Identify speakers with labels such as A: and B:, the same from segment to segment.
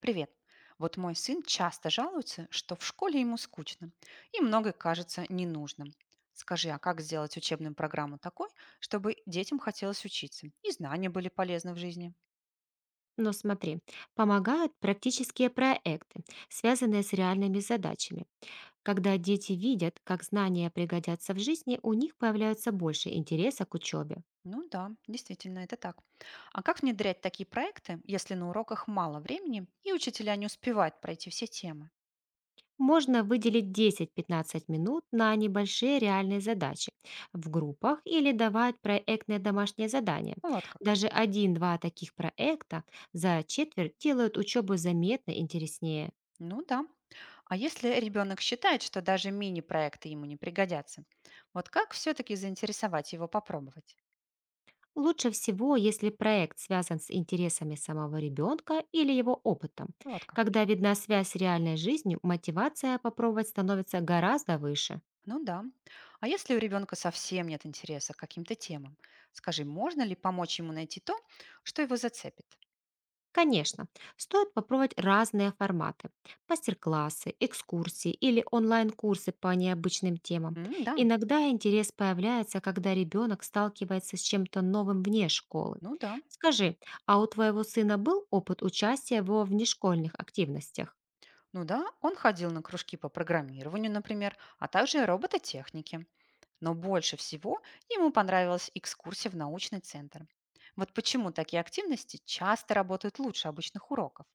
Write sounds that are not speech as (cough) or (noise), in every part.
A: Привет. Вот мой сын часто жалуется, что в школе ему скучно и многое кажется ненужным. Скажи, а как сделать учебную программу такой, чтобы детям хотелось учиться и знания были полезны в жизни?
B: Но смотри, помогают практические проекты, связанные с реальными задачами. Когда дети видят, как знания пригодятся в жизни, у них появляется больше интереса к учебе.
A: Ну да, действительно, это так. А как внедрять такие проекты, если на уроках мало времени и учителя не успевают пройти все темы?
B: Можно выделить 10-15 минут на небольшие реальные задачи в группах или давать проектные домашние задания.
A: Ну вот как.
B: Даже один-два таких проекта за четверть делают учебу заметно интереснее.
A: Ну да. А если ребенок считает, что даже мини-проекты ему не пригодятся, вот как все-таки заинтересовать его попробовать?
B: Лучше всего, если проект связан с интересами самого ребенка или его опытом.
A: Ну вот как.
B: Когда видна связь с реальной жизнью, мотивация попробовать становится гораздо выше.
A: Ну да. А если у ребенка совсем нет интереса к каким-то темам, скажи, можно ли помочь ему найти то, что его зацепит?
B: Конечно, стоит попробовать разные форматы– мастер-классы, экскурсии или онлайн-курсы по необычным темам.
A: М, да,
B: Иногда интерес появляется, когда ребенок сталкивается с чем-то новым вне школы.
A: ну да.
B: Скажи, а у твоего сына был опыт участия во внешкольных активностях?
A: Ну да, он ходил на кружки по программированию, например, а также робототехники. Но больше всего ему понравилась экскурсия в научный центр. Вот почему такие активности часто работают лучше обычных уроков.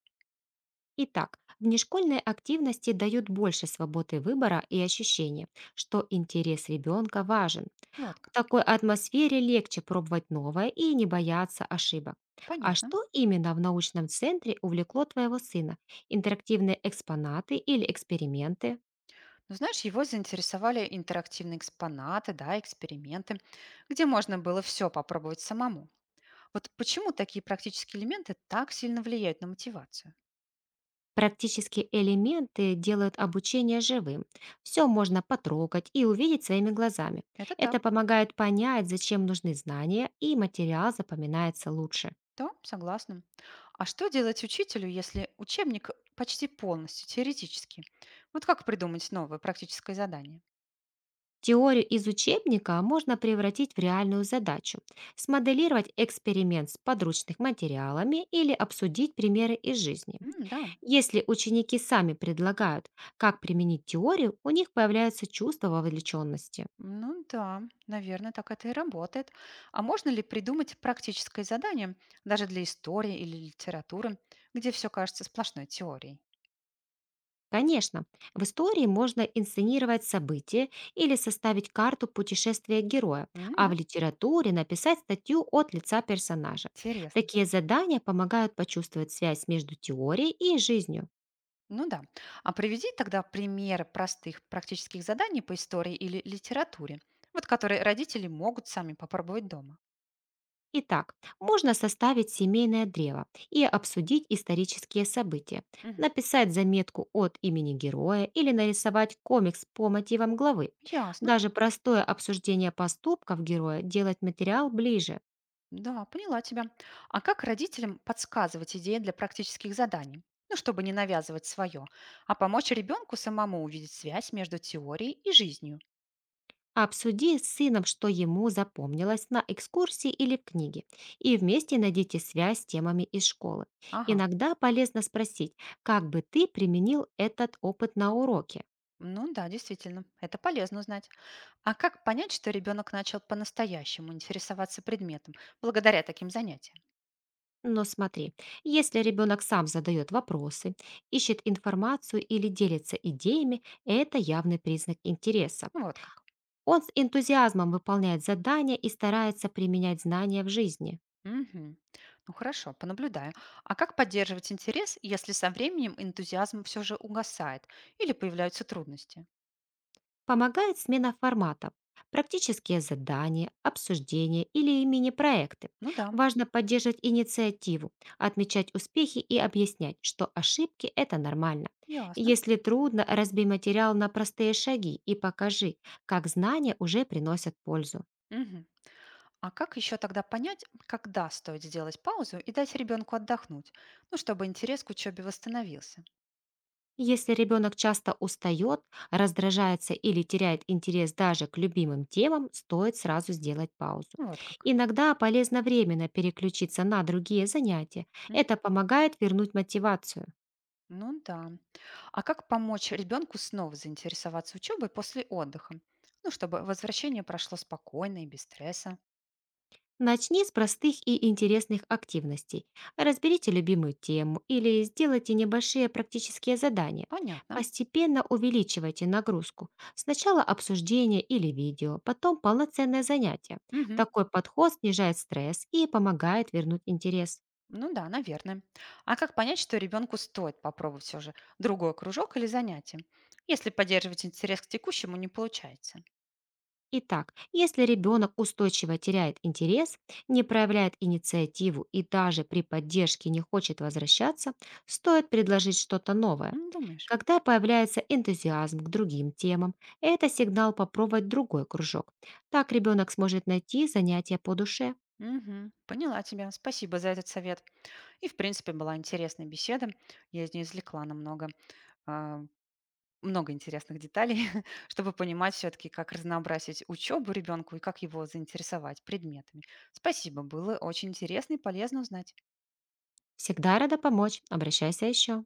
B: Итак, внешкольные активности дают больше свободы выбора и ощущения, что интерес ребенка важен.
A: Вот
B: В
A: как.
B: такой атмосфере легче пробовать новое и не бояться ошибок. А
A: Понятно.
B: что именно в научном центре увлекло твоего сына? Интерактивные экспонаты или эксперименты?
A: Ну, знаешь, его заинтересовали интерактивные экспонаты, да, эксперименты, где можно было все попробовать самому. Вот почему такие практические элементы так сильно влияют на мотивацию?
B: Практические элементы делают обучение живым. Все можно потрогать и увидеть своими глазами.
A: Это так.
B: Это помогает понять, зачем нужны знания, и материал запоминается лучше.
A: Да, согласна. А что делать учителю, если учебник почти полностью теоретический? Вот как придумать новое практическое задание?
B: Теорию из учебника можно превратить в реальную задачу, смоделировать эксперимент с подручных материалами или обсудить примеры из жизни.
A: М, да,
B: Если ученики сами предлагают, как применить теорию, у них появляется чувство вовлеченности.
A: ну да, наверное, так это и работает. А можно ли придумать практическое задание даже для истории или литературы, где все кажется сплошной теорией?
B: Конечно, в истории можно инсценировать события или составить карту путешествия героя,
A: М,
B: а в
A: да,
B: литературе написать статью от лица персонажа.
A: интересно.
B: Такие задания помогают почувствовать связь между теорией и жизнью.
A: Ну да. А приведи тогда примеры простых практических заданий по истории или литературе, вот которые родители могут сами попробовать дома.
B: Итак, можно составить семейное древо и обсудить исторические события,
A: Мгм.
B: написать заметку от имени героя или нарисовать комикс по мотивам главы.
A: Ясно.
B: Даже простое обсуждение поступков героя делает материал ближе.
A: Да, поняла тебя. А как родителям подсказывать идеи для практических заданий? Ну, чтобы не навязывать свое, а помочь ребенку самому увидеть связь между теорией и жизнью.
B: Обсуди с сыном, что ему запомнилось на экскурсии или в книге, и вместе найдите связь с темами из школы.
A: Ага,
B: Иногда полезно спросить, как бы ты применил этот опыт на уроке.
A: ну да, действительно, это полезно узнать. А как понять, что ребенок начал по-настоящему интересоваться предметом благодаря таким занятиям?
B: Но смотри, если ребенок сам задает вопросы, ищет информацию или делится идеями, это явный признак интереса.
A: Вот как.
B: Он с энтузиазмом выполняет задания и старается применять знания в жизни.
A: Мгм. Ну хорошо, понаблюдаю. А как поддерживать интерес, если со временем энтузиазм все же угасает или появляются трудности?
B: Помогает смена форматов, практические задания, обсуждения или мини-проекты.
A: Ну да,
B: Важно поддерживать инициативу, отмечать успехи и объяснять, что ошибки– это нормально.
A: ясно.
B: Если трудно, разбей материал на простые шаги и покажи, как знания уже приносят пользу.
A: Мгм. А как еще тогда понять, когда стоит сделать паузу и дать ребенку отдохнуть, ну, чтобы интерес к учебе восстановился?
B: Если ребенок часто устает, раздражается или теряет интерес даже к любимым темам, стоит сразу сделать паузу.
A: Ну, вот как.
B: Иногда полезно временно переключиться на другие занятия.
A: Мгм.
B: Это помогает вернуть мотивацию.
A: Ну да. А как помочь ребенку снова заинтересоваться учебой после отдыха? Ну, чтобы возвращение прошло спокойно и без стресса.
B: Начни с простых и интересных активностей. Разберите любимую тему или сделайте небольшие практические задания.
A: Понятно.
B: Постепенно увеличивайте нагрузку. Сначала обсуждение или видео, потом полноценное занятие.
A: Мгм.
B: Такой подход снижает стресс и помогает вернуть интерес.
A: Ну да, наверное. А как понять, что ребенку стоит попробовать все же другой кружок или занятие, если поддерживать интерес к текущему не получается?
B: Итак, если ребенок устойчиво теряет интерес, не проявляет инициативу и даже при поддержке не хочет возвращаться, стоит предложить что-то новое.
A: М, думаешь?
B: Когда появляется энтузиазм к другим темам, это сигнал попробовать другой кружок. Так ребенок сможет найти занятие по душе.
A: Мгм. Поняла тебя. Спасибо за этот совет. И, в принципе, была интересная беседа. Я из нее извлекла а, много интересных деталей, (laughs) чтобы понимать все-таки, как разнообразить учебу ребенку и как его заинтересовать предметами. Спасибо, было очень интересно и полезно узнать.
B: Всегда рада помочь. Обращайся еще.